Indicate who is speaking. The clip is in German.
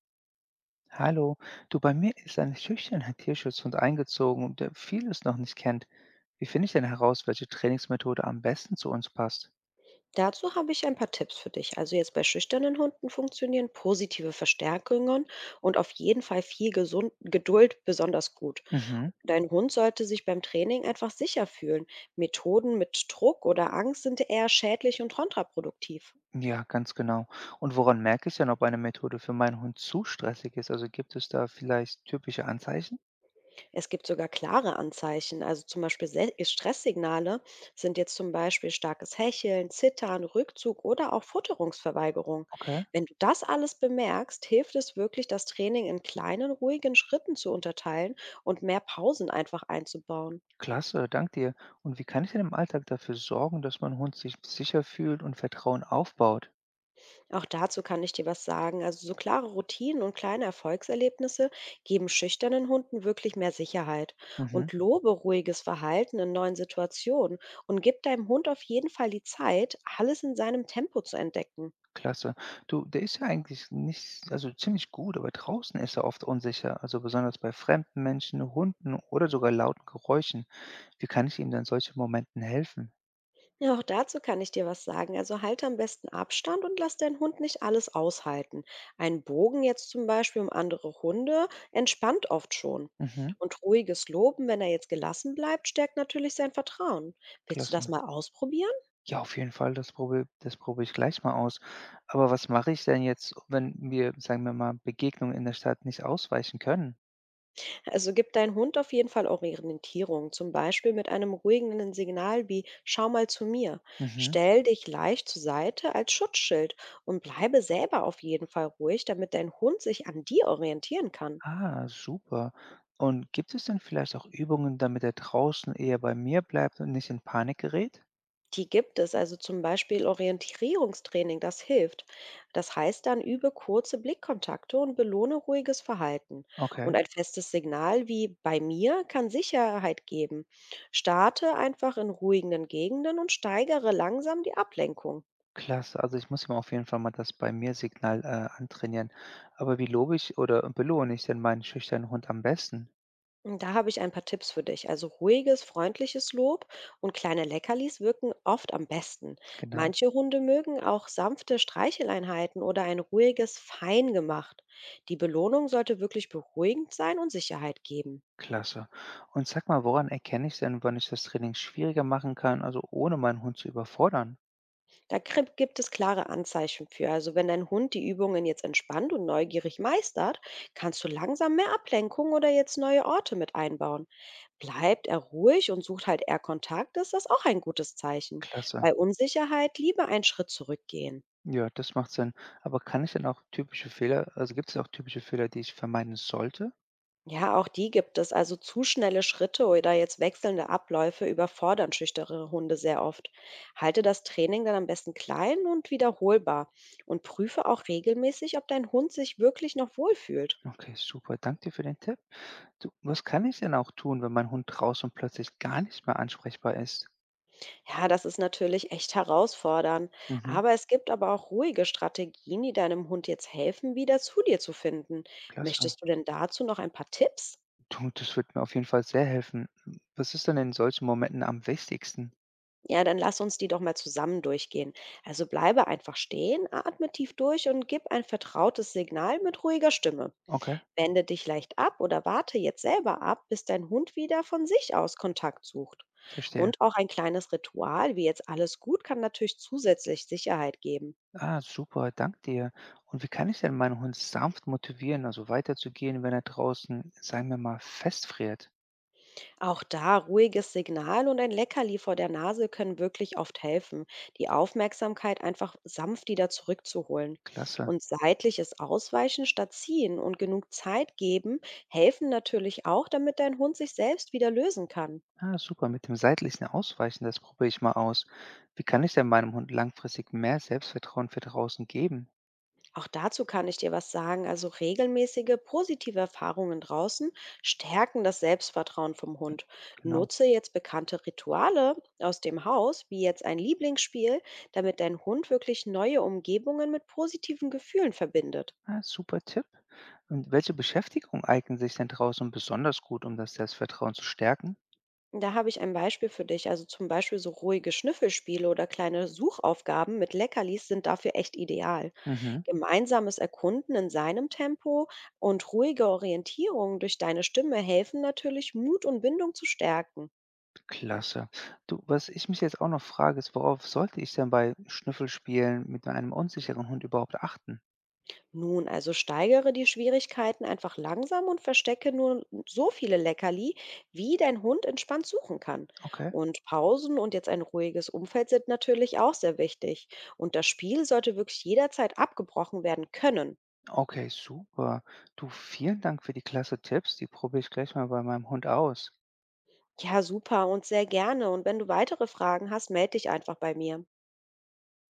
Speaker 1: Hallo, du, bei mir ist ein schüchterner Tierschutzhund eingezogen, der vieles noch nicht kennt. Wie finde ich denn heraus, welche Trainingsmethode am besten zu uns passt?
Speaker 2: Dazu habe ich ein paar Tipps für dich. Also jetzt bei schüchternen Hunden funktionieren positive Verstärkungen und auf jeden Fall viel gesund, Geduld besonders gut.
Speaker 1: Mhm.
Speaker 2: Dein Hund sollte sich beim Training einfach sicher fühlen. Methoden mit Druck oder Angst sind eher schädlich und kontraproduktiv.
Speaker 1: Ja, ganz genau. Und woran merke ich denn, ob eine Methode für meinen Hund zu stressig ist? Also gibt es da vielleicht typische Anzeichen?
Speaker 2: Es gibt sogar klare Anzeichen, also zum Beispiel Stresssignale sind jetzt zum Beispiel starkes Hecheln, Zittern, Rückzug oder auch Futterungsverweigerung.
Speaker 1: Okay,
Speaker 2: Wenn du das alles bemerkst, hilft es wirklich, das Training in kleinen, ruhigen Schritten zu unterteilen und mehr Pausen einfach einzubauen.
Speaker 1: klasse, dank dir. Und wie kann ich denn im Alltag dafür sorgen, dass mein Hund sich sicher fühlt und Vertrauen aufbaut?
Speaker 2: Auch dazu kann ich dir was sagen. Also so klare Routinen und kleine Erfolgserlebnisse geben schüchternen Hunden wirklich mehr Sicherheit
Speaker 1: Mhm.
Speaker 2: und lobe ruhiges Verhalten in neuen Situationen und gib deinem Hund auf jeden Fall die Zeit, alles in seinem Tempo zu entdecken.
Speaker 1: Klasse. Du, der ist ja eigentlich nicht also ziemlich gut, aber draußen ist er oft unsicher, also besonders bei fremden Menschen, Hunden oder sogar lauten Geräuschen. Wie kann ich ihm dann solchen Momenten helfen?
Speaker 2: Ja, auch dazu kann ich dir was sagen. Also halte am besten Abstand und lass deinen Hund nicht alles aushalten. Ein Bogen jetzt zum Beispiel um andere Hunde entspannt oft schon.
Speaker 1: Mhm,
Speaker 2: Und ruhiges Loben, wenn er jetzt gelassen bleibt, stärkt natürlich sein Vertrauen. Willst du das
Speaker 1: klasse.
Speaker 2: mal ausprobieren?
Speaker 1: Ja, auf jeden Fall, das probiere ich gleich mal aus. Aber was mache ich denn jetzt, wenn wir, sagen wir mal, Begegnungen in der Stadt nicht ausweichen können?
Speaker 2: Also gib dein Hund auf jeden Fall Orientierung, zum Beispiel mit einem ruhigenden Signal wie Schau mal zu mir.
Speaker 1: Mhm.
Speaker 2: Stell dich leicht zur Seite als Schutzschild und bleibe selber auf jeden Fall ruhig, damit dein Hund sich an dir orientieren kann.
Speaker 1: Ah, super. Und gibt es denn vielleicht auch Übungen, damit er draußen eher bei mir bleibt und nicht in Panik gerät?
Speaker 2: Die gibt es, also zum Beispiel Orientierungstraining, das hilft. Das heißt dann, übe kurze Blickkontakte und belohne ruhiges Verhalten.
Speaker 1: Okay.
Speaker 2: Und ein festes Signal wie bei mir kann Sicherheit geben. Starte einfach in ruhigen Gegenden und steigere langsam die Ablenkung.
Speaker 1: Klasse, also ich muss mir auf jeden Fall mal das bei mir Signal, antrainieren. Aber wie lobe ich oder belohne ich denn meinen schüchternen Hund am besten?
Speaker 2: Und da habe ich ein paar Tipps für dich. Also ruhiges, freundliches Lob und kleine Leckerlis wirken oft am besten.
Speaker 1: Genau,
Speaker 2: Manche Hunde mögen auch sanfte Streicheleinheiten oder ein ruhiges Fein gemacht. Die Belohnung sollte wirklich beruhigend sein und Sicherheit geben.
Speaker 1: klasse. Und sag mal, woran erkenne ich denn, wann ich das Training schwieriger machen kann, also ohne meinen Hund zu überfordern?
Speaker 2: Da gibt es klare Anzeichen für. Also wenn dein Hund die Übungen jetzt entspannt und neugierig meistert, kannst du langsam mehr Ablenkung oder jetzt neue Orte mit einbauen. Bleibt er ruhig und sucht halt eher Kontakt, ist das auch ein gutes Zeichen.
Speaker 1: Klasse.
Speaker 2: Bei Unsicherheit lieber einen Schritt zurückgehen.
Speaker 1: Ja, das macht Sinn. Aber kann ich denn auch typische Fehler, also gibt es auch typische Fehler, die ich vermeiden sollte?
Speaker 2: Ja, auch die gibt es. Also zu schnelle Schritte oder jetzt wechselnde Abläufe überfordern schüchtere Hunde sehr oft. Halte das Training dann am besten klein und wiederholbar und prüfe auch regelmäßig, ob dein Hund sich wirklich noch wohlfühlt.
Speaker 1: Okay, super. Danke dir für den Tipp. Du, was kann ich denn auch tun, wenn mein Hund draußen plötzlich gar nicht mehr ansprechbar ist?
Speaker 2: Ja, das ist natürlich echt herausfordernd.
Speaker 1: Mhm,
Speaker 2: Aber es gibt aber auch ruhige Strategien, die deinem Hund jetzt helfen, wieder zu dir zu finden.
Speaker 1: klasse.
Speaker 2: Möchtest du denn dazu noch ein paar Tipps?
Speaker 1: Du, das wird mir auf jeden Fall sehr helfen. Hm, was ist denn in solchen Momenten am wichtigsten?
Speaker 2: Ja, dann lass uns die doch mal zusammen durchgehen. Also bleibe einfach stehen, atme tief durch und gib ein vertrautes Signal mit ruhiger Stimme.
Speaker 1: Okay,
Speaker 2: Wende dich leicht ab oder warte jetzt selber ab, bis dein Hund wieder von sich aus Kontakt sucht.
Speaker 1: verstehe.
Speaker 2: Und auch ein kleines Ritual, wie jetzt alles gut, kann natürlich zusätzlich Sicherheit geben.
Speaker 1: Ah, super, danke dir. Und wie kann ich denn meinen Hund sanft motivieren, also weiterzugehen, wenn er draußen, sagen wir mal, festfriert?
Speaker 2: Auch da ruhiges Signal und ein Leckerli vor der Nase können wirklich oft helfen, die Aufmerksamkeit einfach sanft wieder zurückzuholen.
Speaker 1: Klasse.
Speaker 2: Und seitliches Ausweichen statt ziehen und genug Zeit geben helfen natürlich auch, damit dein Hund sich selbst wieder lösen kann.
Speaker 1: Ah, super, mit dem seitlichen Ausweichen, das probiere ich mal aus. Wie kann ich denn meinem Hund langfristig mehr Selbstvertrauen für draußen geben?
Speaker 2: Auch dazu kann ich dir was sagen. Also regelmäßige positive Erfahrungen draußen stärken das Selbstvertrauen vom Hund.
Speaker 1: Genau.
Speaker 2: Nutze jetzt bekannte Rituale aus dem Haus, wie jetzt ein Lieblingsspiel, damit dein Hund wirklich neue Umgebungen mit positiven Gefühlen verbindet.
Speaker 1: Ah, super Tipp. Und welche Beschäftigung eignen sich denn draußen besonders gut, um das Selbstvertrauen zu stärken?
Speaker 2: Da habe ich ein Beispiel für dich. Also zum Beispiel so ruhige Schnüffelspiele oder kleine Suchaufgaben mit Leckerlis sind dafür echt ideal.
Speaker 1: Mhm.
Speaker 2: Gemeinsames Erkunden in seinem Tempo und ruhige Orientierung durch deine Stimme helfen natürlich, Mut und Bindung zu stärken.
Speaker 1: Klasse. Du, was ich mich jetzt auch noch frage, ist, worauf sollte ich denn bei Schnüffelspielen mit einem unsicheren Hund überhaupt achten?
Speaker 2: Nun, also steigere die Schwierigkeiten einfach langsam und verstecke nur so viele Leckerli, wie dein Hund entspannt suchen kann.
Speaker 1: Okay.
Speaker 2: Und Pausen und jetzt ein ruhiges Umfeld sind natürlich auch sehr wichtig. Und das Spiel sollte wirklich jederzeit abgebrochen werden können.
Speaker 1: Okay, super. Du, vielen Dank für die klasse Tipps. Die probiere ich gleich mal bei meinem Hund aus.
Speaker 2: Ja, super und sehr gerne. Und wenn du weitere Fragen hast, melde dich einfach bei mir.